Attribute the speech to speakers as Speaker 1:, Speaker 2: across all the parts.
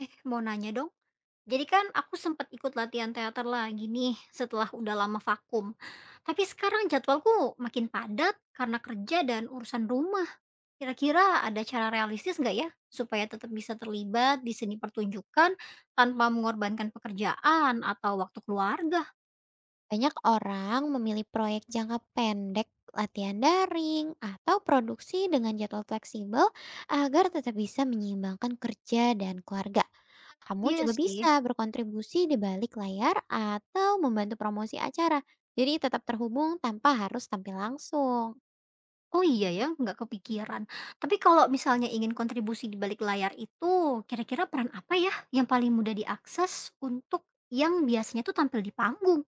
Speaker 1: Eh, mau nanya dong. Jadi kan aku sempat ikut latihan teater lagi nih setelah udah lama vakum. Tapi sekarang jadwalku makin padat karena kerja dan urusan rumah. Kira-kira ada cara realistis nggak ya supaya tetap bisa terlibat di seni pertunjukan tanpa mengorbankan pekerjaan atau waktu keluarga?
Speaker 2: Banyak orang memilih proyek jangka pendek, latihan daring, atau produksi dengan jadwal fleksibel agar tetap bisa menyeimbangkan kerja dan keluarga. Kamu
Speaker 1: Iya
Speaker 2: juga
Speaker 1: sih.
Speaker 2: bisa berkontribusi di balik layar atau membantu promosi acara, jadi tetap terhubung tanpa harus tampil langsung.
Speaker 1: Oh iya ya, nggak kepikiran. Tapi kalau misalnya ingin kontribusi di balik layar itu, kira-kira peran apa ya yang paling mudah diakses untuk yang biasanya tuh tampil di panggung?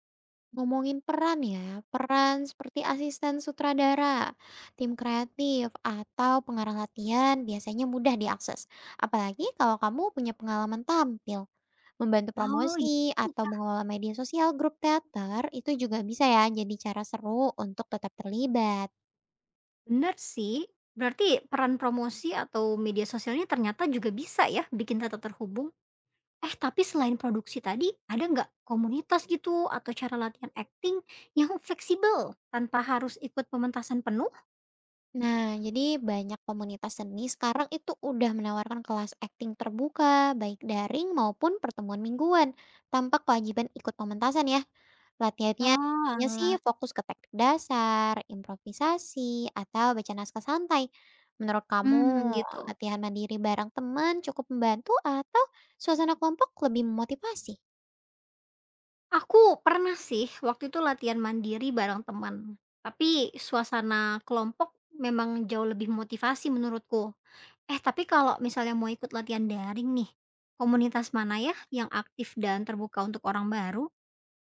Speaker 2: Ngomongin peran ya, peran seperti asisten sutradara, tim kreatif, atau pengarang latihan biasanya mudah diakses. Apalagi kalau kamu punya pengalaman tampil. Membantu
Speaker 1: Oh, iya
Speaker 2: promosi atau
Speaker 1: juga,
Speaker 2: mengelola media sosial grup teater itu juga bisa ya jadi cara seru untuk tetap terlibat.
Speaker 1: bener sih. Berarti peran promosi atau media sosialnya ternyata juga bisa ya bikin tetap terhubung. Eh, tapi selain produksi tadi, ada nggak komunitas gitu atau cara latihan acting yang fleksibel tanpa harus ikut pementasan penuh?
Speaker 2: Nah, jadi banyak komunitas seni sekarang itu udah menawarkan kelas akting terbuka, baik daring maupun pertemuan mingguan, tanpa kewajiban ikut pementasan ya. Latihannya
Speaker 1: Oh,
Speaker 2: hanya sih
Speaker 1: alah.
Speaker 2: fokus ke teknik dasar, improvisasi, atau baca naskah santai. Menurut kamu,
Speaker 1: Hmm, gitu.
Speaker 2: latihan mandiri bareng teman cukup membantu atau suasana kelompok lebih memotivasi?
Speaker 1: Aku pernah sih waktu itu latihan mandiri bareng teman, tapi suasana kelompok memang jauh lebih motivasi menurutku. Eh, tapi kalau misalnya mau ikut latihan daring nih, komunitas mana ya yang aktif dan terbuka untuk orang baru?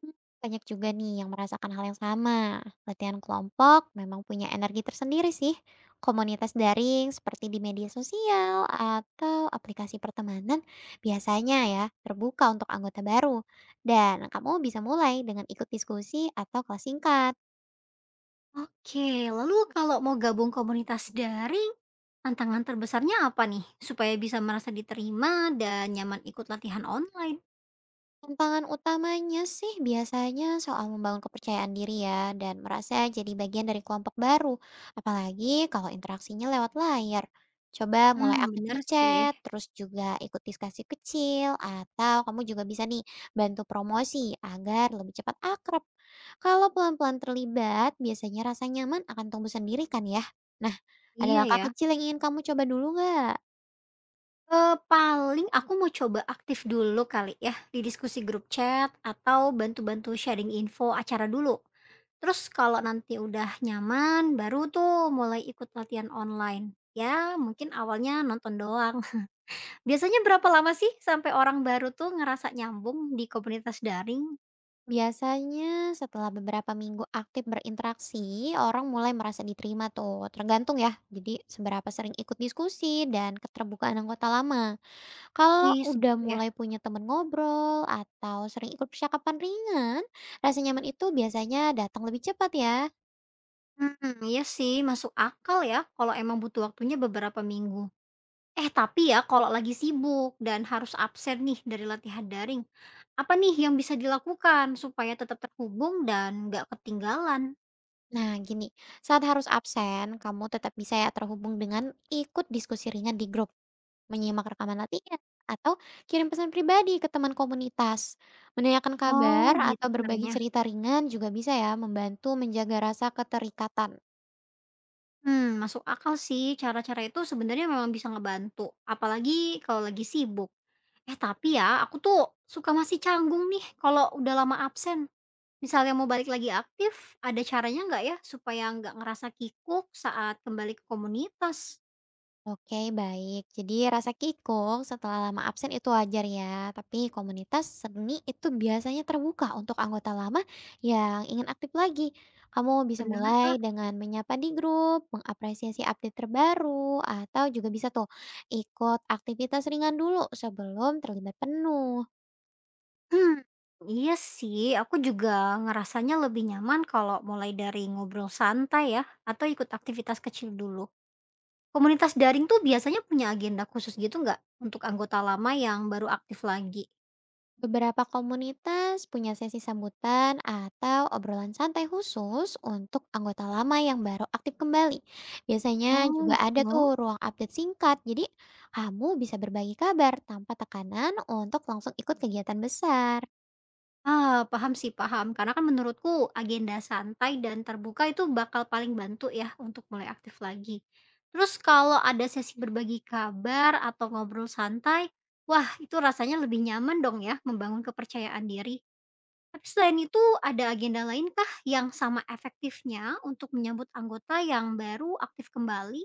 Speaker 2: Hmm, Banyak juga nih yang merasakan hal yang sama. Latihan kelompok memang punya energi tersendiri sih. Komunitas daring seperti di media sosial atau aplikasi pertemanan biasanya ya terbuka untuk anggota baru. Dan kamu bisa mulai dengan ikut diskusi atau kelas singkat.
Speaker 1: Oke, lalu kalau mau gabung komunitas daring, tantangan terbesarnya apa nih supaya bisa merasa diterima dan nyaman ikut latihan online?
Speaker 2: Tantangan utamanya sih biasanya soal membangun kepercayaan diri ya, dan merasa jadi bagian dari kelompok baru. Apalagi kalau interaksinya lewat layar. Coba mulai
Speaker 1: Hmm,
Speaker 2: aktif
Speaker 1: bener
Speaker 2: di
Speaker 1: sih.
Speaker 2: chat, terus juga ikut diskusi kecil, atau kamu juga bisa nih bantu promosi agar lebih cepat akrab. Kalau pelan-pelan terlibat, biasanya rasa nyaman akan tumbuh sendiri kan ya. Nah, ada
Speaker 1: Iya
Speaker 2: langkah
Speaker 1: ya.
Speaker 2: kecil yang ingin kamu coba dulu nggak?
Speaker 1: Paling aku mau coba aktif dulu kali ya, di diskusi grup chat atau bantu-bantu sharing info acara dulu. Terus kalau nanti udah nyaman, baru tuh mulai ikut latihan online. Ya mungkin awalnya nonton doang. Biasanya berapa lama sih sampai orang baru tuh ngerasa nyambung di komunitas daring?
Speaker 2: Biasanya setelah beberapa minggu aktif berinteraksi, orang mulai merasa diterima tuh, tergantung ya. Jadi seberapa sering ikut diskusi dan keterbukaan anggota lama. Kalau
Speaker 1: Wih
Speaker 2: udah
Speaker 1: segitu ya?
Speaker 2: mulai punya temen ngobrol atau sering ikut percakapan ringan, rasa nyaman itu biasanya datang lebih cepat ya.
Speaker 1: Hmm, iya sih masuk akal ya kalau emang butuh waktunya beberapa minggu. Eh tapi ya kalau lagi sibuk dan harus absen nih dari latihan daring, apa nih yang bisa dilakukan supaya tetap terhubung dan nggak ketinggalan?
Speaker 2: Nah gini, saat harus absen, kamu tetap bisa ya terhubung dengan ikut diskusi ringan di grup. Menyimak rekaman latihan, atau kirim pesan pribadi ke teman komunitas. Menanyakan kabar
Speaker 1: Oh, gitu
Speaker 2: atau berbagi
Speaker 1: caranya.
Speaker 2: cerita ringan juga bisa ya membantu menjaga rasa keterikatan.
Speaker 1: Hmm, masuk akal sih. Cara-cara itu sebenarnya memang bisa ngebantu, apalagi kalau lagi sibuk. Eh, tapi ya, aku tuh suka masih canggung nih kalau udah lama absen. Misalnya mau balik lagi aktif, ada caranya nggak ya supaya nggak ngerasa kikuk saat kembali ke komunitas?
Speaker 2: Oke, baik. Jadi rasa kikuk setelah lama absen itu wajar ya, tapi komunitas seni itu biasanya terbuka untuk anggota lama yang ingin aktif lagi. Kamu bisa
Speaker 1: Bener kah?
Speaker 2: mulai dengan menyapa di grup, mengapresiasi update terbaru, atau juga bisa tuh ikut aktivitas ringan dulu sebelum terlibat penuh.
Speaker 1: Hmm, iya sih, aku juga ngerasanya lebih nyaman kalau mulai dari ngobrol santai ya, atau ikut aktivitas kecil dulu. Komunitas daring tuh biasanya punya agenda khusus gitu nggak, untuk anggota lama yang baru aktif lagi?
Speaker 2: Beberapa komunitas punya sesi sambutan atau obrolan santai khusus untuk anggota lama yang baru aktif kembali. Biasanya
Speaker 1: Oh
Speaker 2: juga ada
Speaker 1: gitu?
Speaker 2: tuh ruang update singkat, jadi kamu bisa berbagi kabar tanpa tekanan untuk langsung ikut kegiatan besar.
Speaker 1: Ah, paham sih paham, karena kan menurutku agenda santai dan terbuka itu bakal paling bantu ya, untuk mulai aktif lagi. Terus kalau ada sesi berbagi kabar atau ngobrol santai, wah itu rasanya lebih nyaman dong ya, membangun kepercayaan diri. Tapi selain itu ada agenda lainkah yang sama efektifnya untuk menyambut anggota yang baru aktif kembali?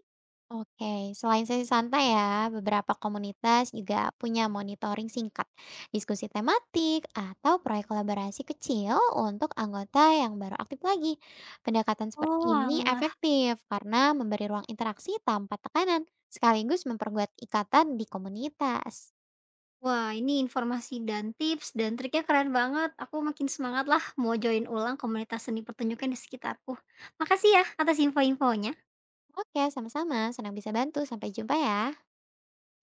Speaker 2: Oke, selain sesi santai ya, beberapa komunitas juga punya monitoring singkat, diskusi tematik, atau proyek kolaborasi kecil untuk anggota yang baru aktif lagi. Pendekatan
Speaker 1: Oh
Speaker 2: seperti ini
Speaker 1: oalah.
Speaker 2: efektif karena memberi ruang interaksi tanpa tekanan, sekaligus memperkuat ikatan di komunitas.
Speaker 1: Wah, ini informasi dan tips dan triknya keren banget. Aku makin semangat lah mau join ulang komunitas seni pertunjukan di sekitarku. Makasih ya atas info-infonya.
Speaker 2: Oke, sama-sama. Senang bisa bantu. Sampai jumpa ya.